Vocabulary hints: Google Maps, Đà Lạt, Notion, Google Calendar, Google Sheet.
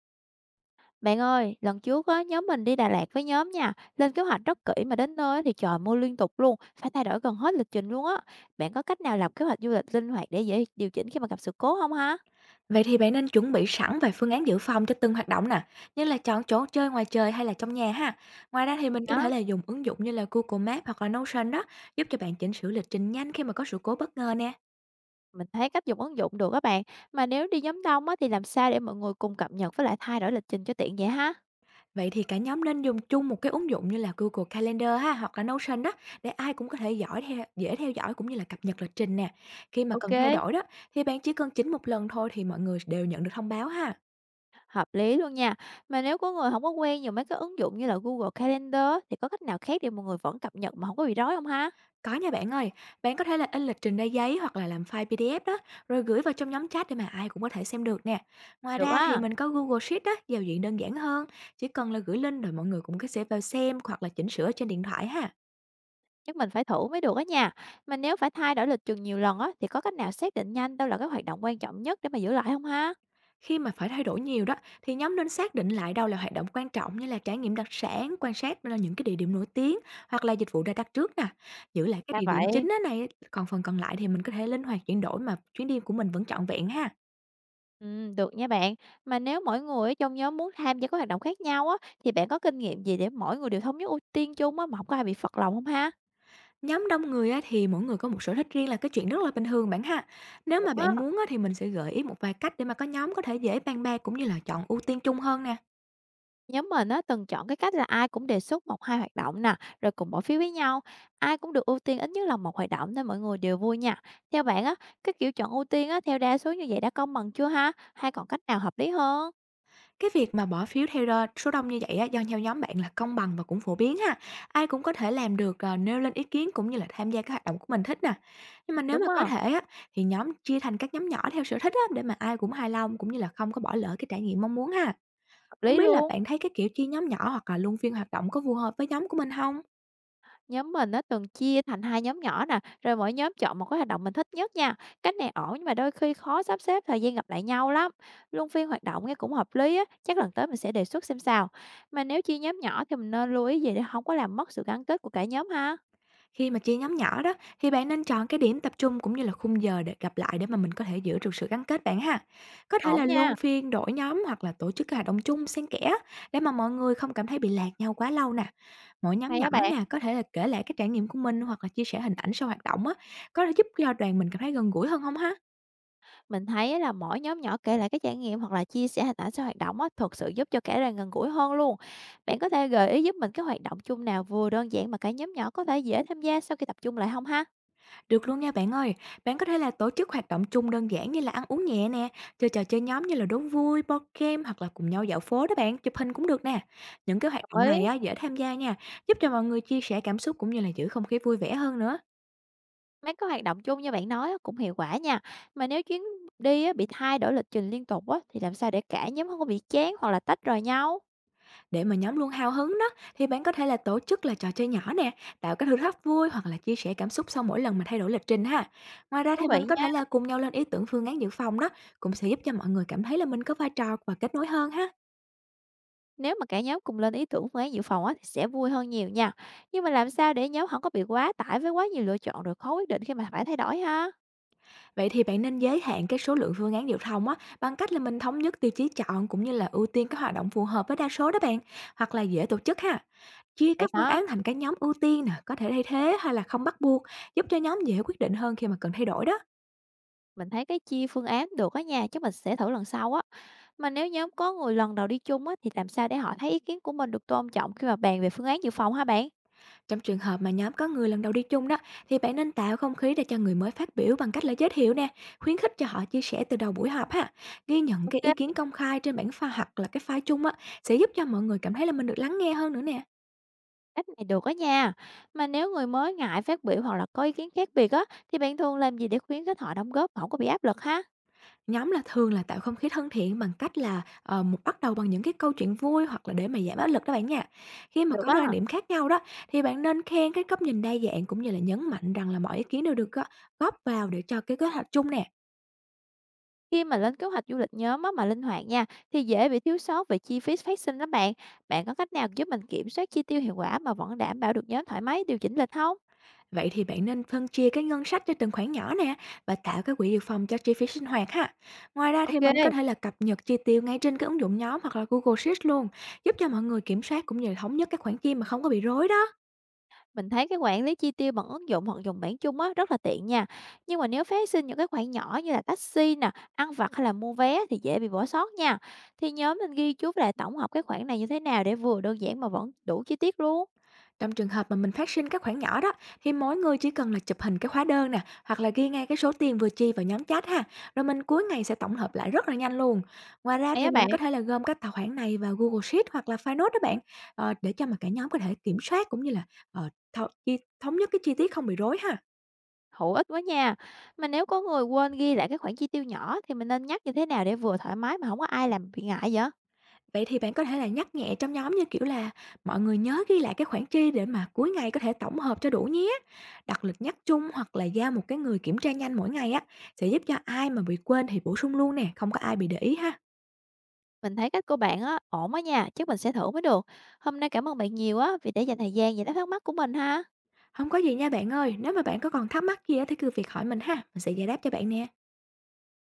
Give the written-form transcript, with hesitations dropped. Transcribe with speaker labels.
Speaker 1: Bạn ơi, lần trước á, nhóm mình đi Đà Lạt với nhóm nha, lên kế hoạch rất kỹ mà đến nơi á thì trời mưa liên tục luôn, phải thay đổi gần hết lịch trình luôn á. Bạn có cách nào lập kế hoạch du lịch linh hoạt để dễ điều chỉnh khi mà gặp sự cố không ha?
Speaker 2: Vậy thì bạn nên chuẩn bị sẵn vài phương án dự phòng cho từng hoạt động nè, như là chọn chỗ chơi ngoài trời hay là trong nhà ha. Ngoài ra thì mình có
Speaker 1: Đó,
Speaker 2: thể là dùng ứng dụng như là Google Maps hoặc là Notion đó, giúp cho bạn chỉnh sửa lịch trình nhanh khi mà có sự cố bất ngờ nè.
Speaker 1: mình thấy cách dùng ứng dụng được các bạn, mà nếu đi nhóm đông á, thì làm sao để mọi người cùng cập nhật với lại thay đổi lịch trình cho tiện vậy ha?
Speaker 2: Vậy thì cả nhóm nên dùng chung một cái ứng dụng như là Google Calendar ha, hoặc là Notion đó, để ai cũng có thể dõi theo, dễ theo dõi cũng như là cập nhật lịch trình nè. Khi mà
Speaker 1: Ok,
Speaker 2: cần thay đổi đó, thì bạn chỉ cần chỉnh một lần thôi, thì mọi người đều nhận được thông báo ha.
Speaker 1: hợp lý luôn nha. Mà nếu có người không có quen dùng mấy cái ứng dụng như là Google Calendar á, thì có cách nào khác để mọi người vẫn cập nhật mà không có bị rối không ha?
Speaker 2: Có nha bạn ơi, bạn có thể là in lịch trình ra giấy hoặc là làm file PDF đó, rồi gửi vào trong nhóm chat để mà ai cũng có thể xem được nè. Ngoài
Speaker 1: Được
Speaker 2: ra thì
Speaker 1: á.
Speaker 2: mình có Google Sheet đó, giao diện đơn giản hơn, chỉ cần là gửi link rồi mọi người cũng có sẽ vào xem hoặc là chỉnh sửa trên điện thoại ha.
Speaker 1: Chắc mình phải thử mới được á nha. Mà nếu phải thay đổi lịch trường nhiều lần á, thì có cách nào xác định nhanh đâu là cái hoạt động quan trọng nhất để mà giữ lại không ha?
Speaker 2: Khi mà phải thay đổi nhiều đó, thì nhóm nên xác định lại đâu là hoạt động quan trọng, như là trải nghiệm đặc sản, quan sát là những cái địa điểm nổi tiếng hoặc là dịch vụ ra đặt trước nè. Giữ lại cái
Speaker 1: Ra
Speaker 2: địa điểm chính
Speaker 1: vậy.
Speaker 2: đó này, còn phần còn lại thì mình có thể linh hoạt chuyển đổi, mà chuyến đi của mình vẫn trọn vẹn ha.
Speaker 1: Ừ, được nha bạn. Mà nếu mỗi người ở trong nhóm muốn tham gia các hoạt động khác nhau á, thì bạn có kinh nghiệm gì để mỗi người đều thống nhất ưu tiên chung á, mà không có ai bị phật lòng không ha?
Speaker 2: Nhóm đông người á, thì mỗi người có một sở thích riêng là cái chuyện rất là bình thường bạn ha. Nếu mà
Speaker 1: Đúng
Speaker 2: bạn
Speaker 1: á.
Speaker 2: muốn á, thì mình sẽ gợi ý một vài cách để mà có nhóm có thể dễ bàn bạc cũng như là chọn ưu tiên chung hơn nè.
Speaker 1: Nhóm mình á, từng chọn cái cách là ai cũng đề xuất một hai hoạt động nè, rồi cùng bỏ phiếu với nhau. Ai cũng được ưu tiên ít nhất là một hoạt động nên mọi người đều vui nha. Theo bạn á, cái kiểu chọn ưu tiên á, theo đa số như vậy đã công bằng chưa ha? Hay còn cách nào hợp lý hơn?
Speaker 2: Cái việc mà bỏ phiếu theo số đông như vậy á, do theo nhóm bạn là công bằng và cũng phổ biến ha. Ai cũng có thể làm được à, nêu lên ý kiến cũng như là tham gia các hoạt động của mình thích nè. Nhưng mà nếu mà
Speaker 1: Đúng rồi,
Speaker 2: có
Speaker 1: hợp
Speaker 2: thể á, thì nhóm chia thành các nhóm nhỏ theo sở thích á, để mà ai cũng hài lòng cũng như là không có bỏ lỡ cái trải nghiệm mong muốn ha. Không
Speaker 1: lý
Speaker 2: biết là
Speaker 1: luôn.
Speaker 2: bạn thấy cái kiểu chia nhóm nhỏ hoặc là luân phiên hoạt động có phù hợp với nhóm của mình không?
Speaker 1: Nhóm mình nó từng chia thành 2 nhóm nhỏ nè, rồi mỗi nhóm chọn một cái hoạt động mình thích nhất nha. Cách này ổn nhưng mà đôi khi khó sắp xếp thời gian gặp lại nhau lắm. Luân phiên hoạt động nghe cũng hợp lý á, chắc lần tới mình sẽ đề xuất xem sao. Mà nếu chia nhóm nhỏ thì mình nên lưu ý gì để không có làm mất sự gắn kết của cả nhóm ha?
Speaker 2: Khi mà chia nhóm nhỏ đó, thì bạn nên chọn cái điểm tập trung cũng như là khung giờ để gặp lại, để mà mình có thể giữ được sự gắn kết bạn ha. Có thể là
Speaker 1: Ổn
Speaker 2: luân
Speaker 1: nha.
Speaker 2: phiên đổi nhóm hoặc là tổ chức cái hoạt động chung xen kẽ á, để mà mọi người không cảm thấy bị lạc nhau quá lâu nè. Mỗi nhóm
Speaker 1: Hay
Speaker 2: nhỏ
Speaker 1: á bạn,
Speaker 2: nha, có thể là kể lại cái trải nghiệm của mình hoặc là chia sẻ hình ảnh sau hoạt động á, có thể giúp cho đoàn mình cảm thấy gần gũi hơn không ha?
Speaker 1: mình thấy á là mỗi nhóm nhỏ kể lại cái trải nghiệm hoặc là chia sẻ hình ảnh sau hoạt động á thực sự giúp cho cả đoàn gần gũi hơn luôn. Bạn có thể gợi ý giúp mình cái hoạt động chung nào vừa đơn giản mà cả nhóm nhỏ có thể dễ tham gia sau khi tập trung lại không ha?
Speaker 2: Được luôn nha bạn ơi, bạn có thể là tổ chức hoạt động chung đơn giản như là ăn uống nhẹ nè, chơi trò chơi nhóm như là đố vui, board game, hoặc là cùng nhau dạo phố đó bạn, chụp hình cũng được nè. Những cái hoạt động
Speaker 1: Ấy,
Speaker 2: này á, dễ tham gia nha, giúp cho mọi người chia sẻ cảm xúc cũng như là giữ không khí vui vẻ hơn nữa.
Speaker 1: mấy cái hoạt động chung như bạn nói á cũng hiệu quả nha. Mà nếu chuyến đi á bị thay đổi lịch trình liên tục á, thì làm sao để cả nhóm không có bị chán hoặc là tách rời nhau?
Speaker 2: Để mà nhóm luôn hào hứng đó, thì bạn có thể là tổ chức là trò chơi nhỏ nè, tạo cái thử thách vui hoặc là chia sẻ cảm xúc sau mỗi lần mà thay đổi lịch trình ha. Ngoài ra
Speaker 1: Thú
Speaker 2: thì
Speaker 1: vị
Speaker 2: mình có thể là
Speaker 1: nha,
Speaker 2: cùng nhau lên ý tưởng phương án dự phòng đó, cũng sẽ giúp cho mọi người cảm thấy là mình có vai trò và kết nối hơn ha.
Speaker 1: nếu mà cả nhóm cùng lên ý tưởng phương án dự phòng á, thì sẽ vui hơn nhiều nha. Nhưng mà làm sao để nhóm không có bị quá tải với quá nhiều lựa chọn rồi khó quyết định khi mà phải thay đổi ha?
Speaker 2: Vậy thì bạn nên giới hạn cái số lượng phương án giao thông á, bằng cách là mình thống nhất tiêu chí chọn cũng như là ưu tiên các hoạt động phù hợp với đa số đó bạn, hoặc là dễ tổ chức ha. Chia
Speaker 1: Vậy
Speaker 2: các phương
Speaker 1: hả?
Speaker 2: án thành các nhóm ưu tiên nè, có thể thay thế hay là không bắt buộc, giúp cho nhóm dễ quyết định hơn khi mà cần thay đổi đó.
Speaker 1: Mình thấy cái chia phương án được á nhà, chứ mình sẽ thử lần sau á. Mà nếu nhóm có người lần đầu đi chung á, thì làm sao để họ thấy ý kiến của mình được tôn trọng khi mà bàn về phương án dự phòng ha bạn?
Speaker 2: Trong trường hợp mà nhóm có người lần đầu đi chung đó, thì bạn nên tạo không khí để cho người mới phát biểu bằng cách là giới thiệu nè, khuyến khích cho họ chia sẻ từ đầu buổi họp ha. Ghi nhận cái ý kiến
Speaker 1: OK.
Speaker 2: công khai trên bảng pha hoặc là cái file chung á, sẽ giúp cho mọi người cảm thấy là mình được lắng nghe hơn nữa nè.
Speaker 1: Cách này được á nha. Mà nếu người mới ngại phát biểu hoặc là có ý kiến khác biệt á, thì bạn thường làm gì để khuyến khích họ đóng góp mà không có bị áp lực ha?
Speaker 2: Nhóm là thường là tạo không khí thân thiện bằng cách là, một bắt đầu bằng những cái câu chuyện vui hoặc là để mà giảm áp lực đó bạn nha. Khi mà
Speaker 1: Được
Speaker 2: có
Speaker 1: á.
Speaker 2: đôi quan điểm khác nhau đó, thì bạn nên khen cái góc nhìn đa dạng cũng như là nhấn mạnh rằng là mọi ý kiến đều được góp góp vào để cho cái kế hoạch chung nè.
Speaker 1: Khi mà lên kế hoạch du lịch nhóm á, mà linh hoạt nha, thì dễ bị thiếu sót về chi phí phát sinh lắm bạn. Bạn có cách nào giúp mình kiểm soát chi tiêu hiệu quả mà vẫn đảm bảo được nhóm thoải mái điều chỉnh lịch không?
Speaker 2: Vậy thì bạn nên phân chia cái ngân sách cho từng khoản nhỏ nè, và tạo cái quỹ dự phòng cho chi phí sinh hoạt ha. Ngoài ra thì mình có
Speaker 1: Ok.
Speaker 2: thể là cập nhật chi tiêu ngay trên cái ứng dụng nhóm hoặc là Google Sheets luôn, giúp cho mọi người kiểm soát cũng như là thống nhất các khoản chi mà không có bị rối đó.
Speaker 1: Mình thấy cái quản lý chi tiêu bằng ứng dụng hoặc dùng bảng chung á rất là tiện nha. Nhưng mà nếu phát sinh những cái khoản nhỏ như là taxi nè, ăn vặt hay là mua vé thì dễ bị bỏ sót nha. Thì nhóm mình ghi chú lại tổng hợp cái khoản này như thế nào để vừa đơn giản mà vẫn đủ chi tiết luôn.
Speaker 2: Trong trường hợp mà mình phát sinh các khoản nhỏ đó, thì mỗi người chỉ cần là chụp hình cái hóa đơn nè, hoặc là ghi ngay cái số tiền vừa chi vào nhóm chat ha. Rồi mình cuối ngày sẽ tổng hợp lại rất là nhanh luôn. Ngoài ra
Speaker 1: Hay
Speaker 2: thì
Speaker 1: á
Speaker 2: mình
Speaker 1: bạn,
Speaker 2: có thể là gom các tài khoản này vào Google Sheet hoặc là file note đó bạn, để cho mà cả nhóm có thể kiểm soát cũng như là, ờ, th chi thống nhất cái chi tiết không bị rối ha.
Speaker 1: hữu ích quá nha. Mà nếu có người quên ghi lại cái khoản chi tiêu nhỏ thì mình nên nhắc như thế nào để vừa thoải mái mà không có ai làm bị ngại vậy?
Speaker 2: Vậy thì bạn có thể là nhắc nhẹ trong nhóm như kiểu là mọi người nhớ ghi lại cái khoản chi để mà cuối ngày có thể tổng hợp cho đủ nhé. Đặt lịch nhắc chung hoặc là giao một cái người kiểm tra nhanh mỗi ngày á, sẽ giúp cho ai mà bị quên thì bổ sung luôn nè, không có ai bị để ý ha.
Speaker 1: Mình thấy cách của bạn á ổn á nha, chắc mình sẽ thử mới được. Hôm nay cảm ơn bạn nhiều á vì đã dành thời gian giải đáp thắc mắc của mình ha.
Speaker 2: Không có gì nha bạn ơi, nếu mà bạn có còn thắc mắc gì á thì cứ việc hỏi mình ha, mình sẽ giải đáp cho bạn nè.